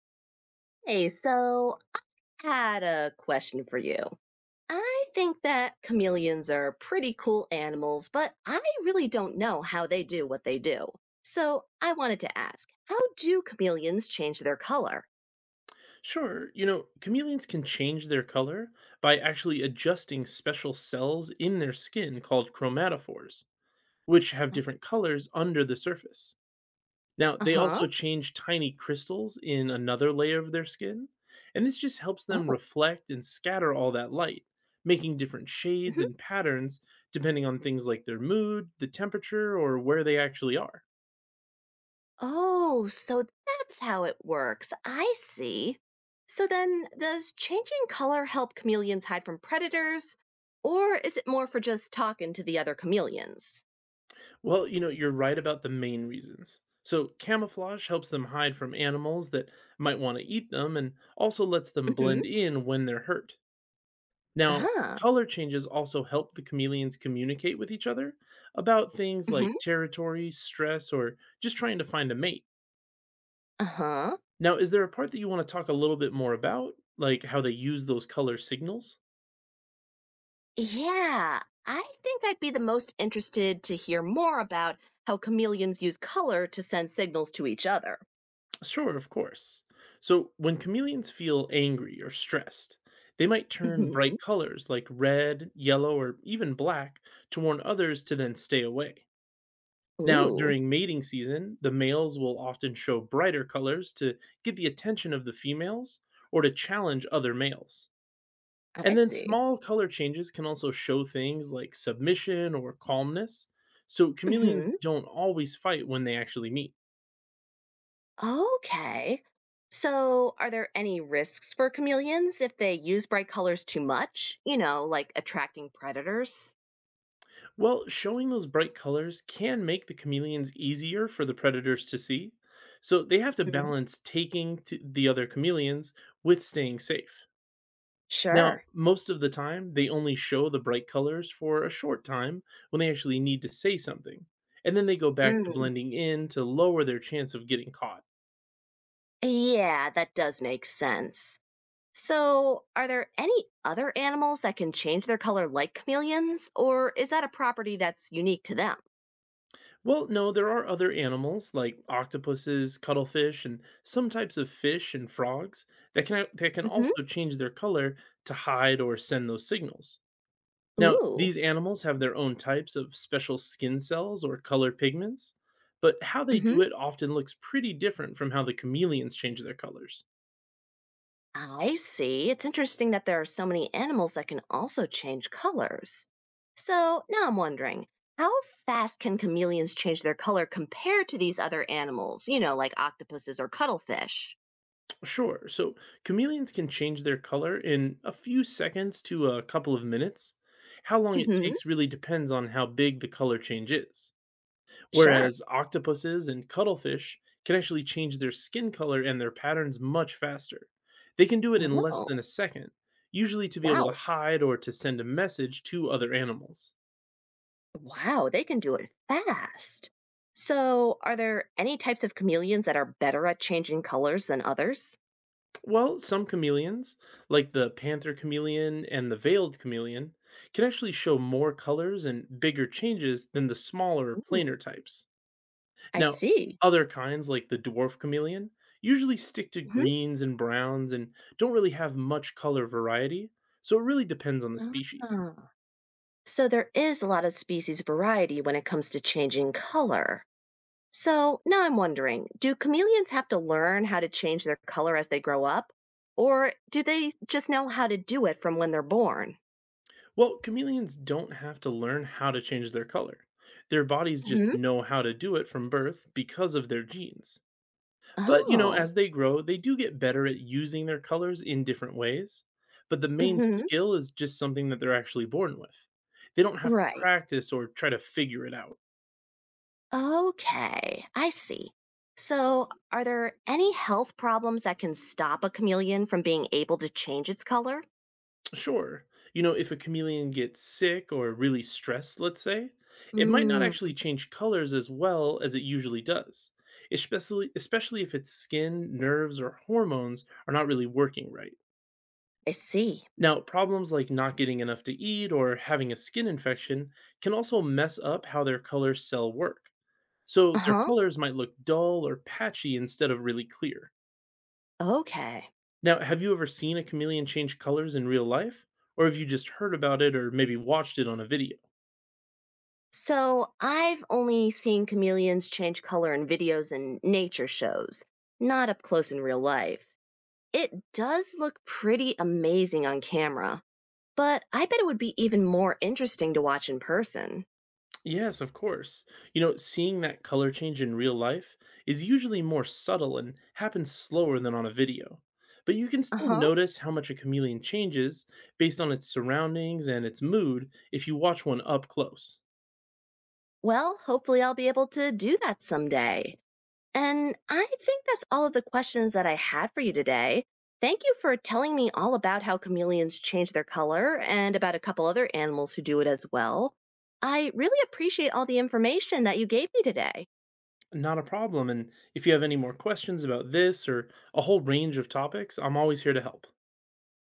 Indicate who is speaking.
Speaker 1: Hey, so I had a question for you. I think that chameleons are pretty cool animals, but I really don't know how they do what they do. So I wanted to ask, how do chameleons change their color?
Speaker 2: Sure, you know, chameleons can change their color by actually adjusting special cells in their skin called chromatophores, which have different colors under the surface. Now,
Speaker 1: Uh
Speaker 2: they
Speaker 1: huh.
Speaker 2: also change tiny crystals in another layer of their skin, and this just helps them
Speaker 1: Oh.
Speaker 2: reflect and scatter all that light, making different shades
Speaker 1: Hmm.
Speaker 2: and patterns depending on things like their mood, the temperature, or where they actually are.
Speaker 1: Oh, so that's how it works. I see. So then, does changing color help chameleons hide from predators, or is it more for just talking to the other chameleons?
Speaker 2: Well, you know, you're right about the main reasons. So, camouflage helps them hide from animals that might want to eat them and also lets them
Speaker 1: Mm-hmm.
Speaker 2: blend in when they're hurt. Now,
Speaker 1: Uh
Speaker 2: color changes also help the chameleons communicate with each other about things like
Speaker 1: huh.
Speaker 2: territory, stress, or just trying to find a mate.
Speaker 1: Uh-huh.
Speaker 2: Now, is there a part that you want to talk a little bit more about, like how they use those color signals?
Speaker 1: Yeah, I think I'd be the most interested to hear more about how chameleons use color to send signals to each other.
Speaker 2: Sure, of course. So, when chameleons feel angry or stressed, they might turn
Speaker 1: Hmm.
Speaker 2: bright colors like red, yellow, or even black to warn others to then stay away. Now,
Speaker 1: Ooh,
Speaker 2: during mating season, the males will often show brighter colors to get the attention of the females or to challenge other males.
Speaker 1: I
Speaker 2: And then
Speaker 1: see.
Speaker 2: small color changes can also show things like submission or calmness. So, chameleons
Speaker 1: Hmm.
Speaker 2: don't always fight when they actually meet.
Speaker 1: Okay. So, are there any risks for chameleons if they use bright colors too much? You know, like attracting predators?
Speaker 2: Well, showing those bright colors can make the chameleons easier for the predators to see, so they have to
Speaker 1: Hmm.
Speaker 2: balance taking to the other chameleons with staying safe. Now,
Speaker 1: Sure.
Speaker 2: most of the time, they only show the bright colors for a short time when they actually need to say something, and then they go back to
Speaker 1: Mm.
Speaker 2: blending in to lower their chance of getting caught.
Speaker 1: Yeah, that does make sense. So, are there any other animals that can change their color like chameleons, or is that a property that's unique to them?
Speaker 2: Well, no, there are other animals like octopuses, cuttlefish, and some types of fish and frogs that can
Speaker 1: Hmm.
Speaker 2: also change their color to hide or send those signals. Now,
Speaker 1: Ooh.
Speaker 2: these animals have their own types of special skin cells or color pigments, but how they do
Speaker 1: Hmm.
Speaker 2: it often looks pretty different from how the chameleons change their colors.
Speaker 1: I see. It's interesting that there are so many animals that can also change colors. So, now I'm wondering how fast can chameleons change their color compared to these other animals, you know, like octopuses or cuttlefish?
Speaker 2: Sure, so chameleons can change their color in a few seconds to a couple of minutes. How long it
Speaker 1: Hmm.
Speaker 2: takes really depends on how big the color change is.
Speaker 1: Sure.
Speaker 2: Whereas octopuses and cuttlefish can actually change their skin color and their patterns much faster. They can do it in less
Speaker 1: Oh,
Speaker 2: than a second, usually to be able to
Speaker 1: wow.
Speaker 2: hide or to send a message to other animals.
Speaker 1: Wow, they can do it fast. So, are there any types of chameleons that are better at changing colors than others?
Speaker 2: Well, some chameleons, like the panther chameleon and the veiled chameleon, can actually show more colors and bigger changes than the smaller,
Speaker 1: Ooh,
Speaker 2: plainer types.
Speaker 1: I
Speaker 2: Now,
Speaker 1: see.
Speaker 2: other kinds like the dwarf chameleon usually stick to
Speaker 1: Hmm.
Speaker 2: greens and browns and don't really have much color variety, so it really depends on the species.
Speaker 1: Ah. So, there is a lot of species variety when it comes to changing color. So, now I'm wondering, do chameleons have to learn how to change their color as they grow up? Or do they just know how to do it from when they're born?
Speaker 2: Well, chameleons don't have to learn how to change their color. Their bodies just
Speaker 1: Hmm.
Speaker 2: know how to do it from birth because of their genes. But, you know,
Speaker 1: Oh.
Speaker 2: as they grow, they do get better at using their colors in different ways. But the main
Speaker 1: Hmm.
Speaker 2: skill is just something that they're actually born with. They don't have to
Speaker 1: Right.
Speaker 2: practice or try to figure it out.
Speaker 1: Okay, I see. So, are there any health problems that can stop a chameleon from being able to change its color?
Speaker 2: Sure. You know, if a chameleon gets sick or really stressed, let's say, it might not
Speaker 1: Mm.
Speaker 2: actually change colors as well as it usually does, especially if its skin, nerves, or hormones are not really working right.
Speaker 1: I see.
Speaker 2: Now, problems like not getting enough to eat or having a skin infection can also mess up how their color cell work. So
Speaker 1: Uh
Speaker 2: their
Speaker 1: huh.
Speaker 2: colors might look dull or patchy instead of really clear.
Speaker 1: Okay.
Speaker 2: Now, have you ever seen a chameleon change colors in real life? Or have you just heard about it or maybe watched it on a video?
Speaker 1: So, I've only seen chameleons change color in videos and nature shows, not up close in real life. It does look pretty amazing on camera, but I bet it would be even more interesting to watch in person.
Speaker 2: Yes, of course. You know, seeing that color change in real life is usually more subtle and happens slower than on a video. But you can
Speaker 1: Uh
Speaker 2: still
Speaker 1: huh.
Speaker 2: notice how much a chameleon changes based on its surroundings and its mood if you watch one up close.
Speaker 1: Well, hopefully, I'll be able to do that someday. And I think that's all of the questions that I had for you today. Thank you for telling me all about how chameleons change their color and about a couple other animals who do it as well. I really appreciate all the information that you gave me today.
Speaker 2: Not a problem. And if you have any more questions about this or a whole range of topics, I'm always here to help.